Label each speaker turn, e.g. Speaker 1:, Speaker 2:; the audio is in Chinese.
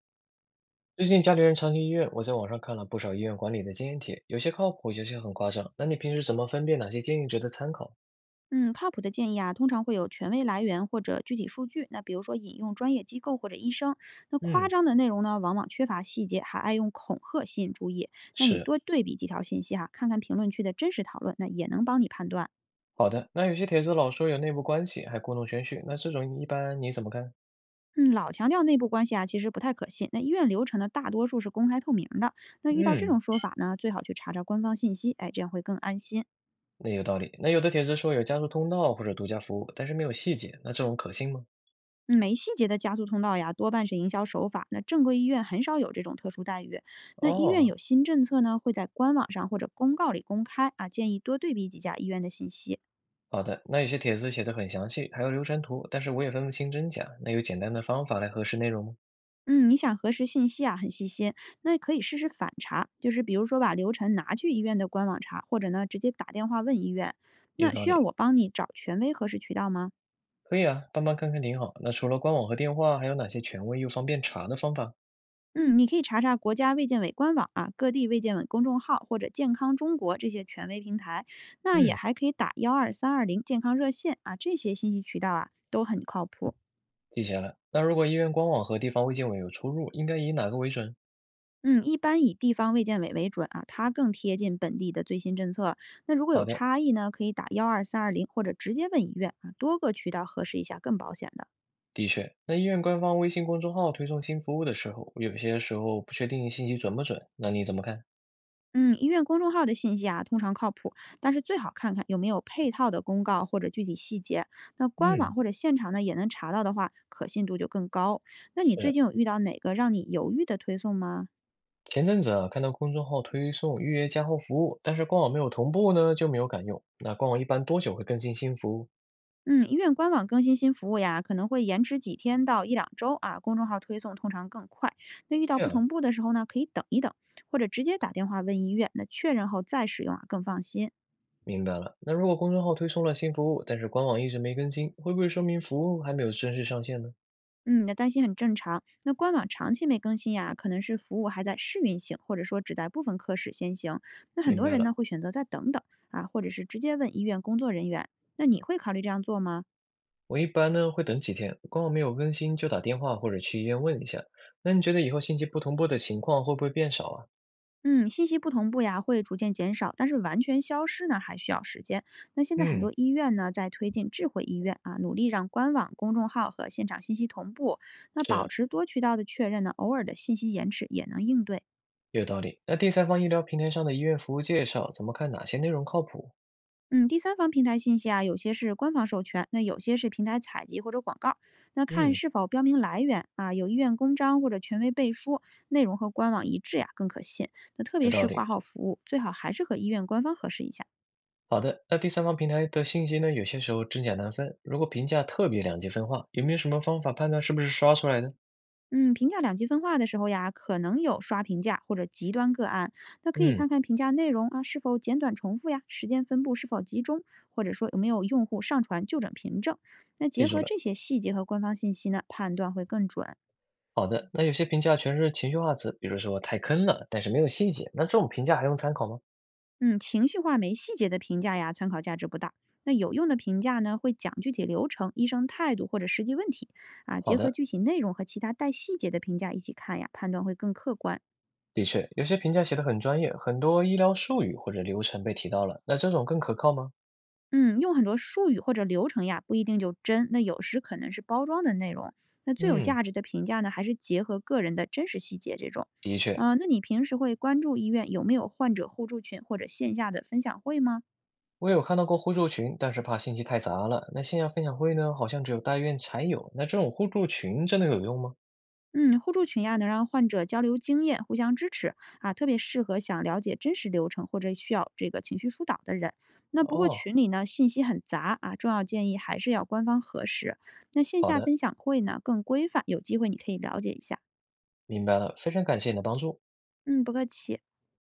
Speaker 1: 最近家里人常去医院，我在网上看了不少医院管理的经验帖，有些靠谱，有些很夸张。那你平时怎么分辨哪些建议值得参考？
Speaker 2: 嗯，靠谱的建议啊，通常会有权威来源或者具体数据。那比如说引用专业机构或者医生。那夸
Speaker 1: 嗯，
Speaker 2: 张的内容呢，往往缺乏细节，还爱用恐吓吸引注意。那你
Speaker 1: 是，
Speaker 2: 多对比几条信息哈、看看评论区的真实讨论，那也能帮你判断。
Speaker 1: 好的，那有些帖子老说有内部关系，还故弄玄虚，那这种一般你怎么看？
Speaker 2: 嗯，老强调内部关系啊，其实不太可信。那医院流程呢，大多数是公开透明的。那遇到这种
Speaker 1: 嗯，
Speaker 2: 说法呢，最好去查查官方信息，哎，这样会更安心。
Speaker 1: 那有道理。那有的帖子说有加速通道或者独家服务，但是没有细节，那这种可信吗？
Speaker 2: 嗯没细节的加速通道呀，多半是营销手法。那正规医院很少有这种特殊待遇。那医院
Speaker 1: 哦，
Speaker 2: 有新政策呢，会在官网上或者公告里公开啊，建议多对比几家医院的信息。
Speaker 1: 好的，那有些帖子写的很详细，还有流程图，但是我也分不清真假。那有简单的方法来核实内容吗？
Speaker 2: 嗯，你想核实信息啊，很细心，那可以试试反查，就是比如说把流程拿去医院的官网查，或者呢直接打电话问医院。
Speaker 1: 有
Speaker 2: 那
Speaker 1: 道
Speaker 2: 需要
Speaker 1: 理。
Speaker 2: 我帮你找权威核实渠道吗？
Speaker 1: 可以啊，帮忙看看挺好。那除了官网和电话，还有哪些权威又方便查的方法？
Speaker 2: 嗯，你可以查查国家卫健委官网啊，各地卫健委公众号或者健康中国这些权威平台。那也
Speaker 1: 嗯，
Speaker 2: 还可以打幺二三二零健康热线啊，这些信息渠道啊都很靠谱。
Speaker 1: 记下来。那如果医院官网和地方卫健委有出入，应该以哪个为准？
Speaker 2: 嗯，一般以地方卫健委为准啊，它更贴近本地的最新政策。那如果有
Speaker 1: 好的，
Speaker 2: 差异呢，可以打幺二三二零或者直接问医院啊，多个渠道核实一下更保险的。
Speaker 1: 的确，那医院官方微信公众号推送新服务的时候，有些时候不确定信息准不准，那你怎么看？
Speaker 2: 嗯，医院公众号的信息啊，通常靠谱，但是最好看看有没有配套的公告或者具体细节。那官网
Speaker 1: 嗯，
Speaker 2: 或者现场呢，也能查到的话，可信度就更高。那你最
Speaker 1: 是，
Speaker 2: 近有遇到哪个让你犹豫的推送吗？
Speaker 1: 前阵子啊，看到公众号推送预约加号服务，但是官网没有同步呢，就没有敢用。那官网一般多久会更新新服务？
Speaker 2: 嗯，医院官网更新新服务呀，可能会延迟几天到一两周啊。公众号推送通常更快。那遇到
Speaker 1: 对
Speaker 2: 不
Speaker 1: 样啊。
Speaker 2: 同步的时候呢，可以等一等，或者直接打电话问医院，那确认后再使用啊，更放心。
Speaker 1: 明白了。那如果公众号推送了新服务，但是官网一直没更新，会不会说明服务还没有正式上线呢？
Speaker 2: 嗯，你的担心很正常。那官网长期没更新呀，可能是服务还在试运行，或者说只在部分科室先行。那很
Speaker 1: 明
Speaker 2: 多
Speaker 1: 白
Speaker 2: 人
Speaker 1: 了。
Speaker 2: 呢会选择再等等啊，或者是直接问医院工作人员。那你会考虑这样做吗？
Speaker 1: 我一般呢会等几天，官网没有更新就打电话或者去医院问一下。那你觉得以后信息不同步的情况会不会变少啊？
Speaker 2: 嗯，信息不同步呀，会逐渐减少，但是完全消失呢，还需要时间。那现在很
Speaker 1: 嗯，
Speaker 2: 多医院呢，在推进智慧医院啊，努力让官网、公众号和现场信息同步。那保
Speaker 1: 是，
Speaker 2: 持多渠道的确认呢，偶尔的信息延迟也能应对。
Speaker 1: 有道理。那第三方医疗平台上的医院服务介绍，怎么看哪些内容靠谱？
Speaker 2: 嗯，第三方平台信息啊，有些是官方授权，那有些是平台采集或者广告。那看
Speaker 1: 嗯，
Speaker 2: 是否标明来源啊，有医院公章或者权威背书，内容和官网一致呀、更可信。那特
Speaker 1: 有
Speaker 2: 别
Speaker 1: 道
Speaker 2: 是挂
Speaker 1: 理。
Speaker 2: 号服务，最好还是和医院官方核实一下。
Speaker 1: 好的，那第三方平台的信息呢，有些时候真假难分。如果评价特别两极分化，有没有什么方法判断是不是刷出来的？
Speaker 2: 嗯，评价两极分化的时候呀，可能有刷评价或者极端个案，那可以
Speaker 1: 嗯，
Speaker 2: 看看评价内容啊是否简短重复呀，时间分布是否集中，或者说有没有用户上传就诊凭证。那结
Speaker 1: 记住
Speaker 2: 合
Speaker 1: 了。
Speaker 2: 这些细节和官方信息呢，判断会更准。
Speaker 1: 好的，那有些评价全是情绪化词，比如说太坑了，但是没有细节，那这种评价还用参考吗？
Speaker 2: 嗯，情绪化没细节的评价呀，参考价值不大。那有用的评价呢，会讲具体流程、医生态度或者实际问题啊，
Speaker 1: 好
Speaker 2: 结合
Speaker 1: 的，
Speaker 2: 具体内容和其他带细节的评价一起看呀，判断会更客观。
Speaker 1: 的确，有些评价写得很专业，很多医疗术语或者流程被提到了，那这种更可靠吗？
Speaker 2: 嗯，用很多术语或者流程呀，不一定就真，那有时可能是包装的内容。那最有
Speaker 1: 嗯，
Speaker 2: 价值的评价呢，还是结合个人的真实细节这种。
Speaker 1: 的确，
Speaker 2: 那你平时会关注医院有没有患者互助群或者线下的分享会吗？
Speaker 1: 我有看到过互助群，但是怕信息太杂了。那线下分享会呢，好像只有大医院才有，那这种互助群真的有用吗？
Speaker 2: 嗯，互助群呀，能让患者交流经验，互相支持啊，特别适合想了解真实流程或者需要这个情绪疏导的人。那不过
Speaker 1: 哦，
Speaker 2: 群里呢，信息很杂啊，重要建议还是要官方核实。那线
Speaker 1: 好
Speaker 2: 下
Speaker 1: 的，
Speaker 2: 分享会呢，更规范，有机会你可以了解一下。
Speaker 1: 明白了，非常感谢你的帮助。
Speaker 2: 嗯，不客气。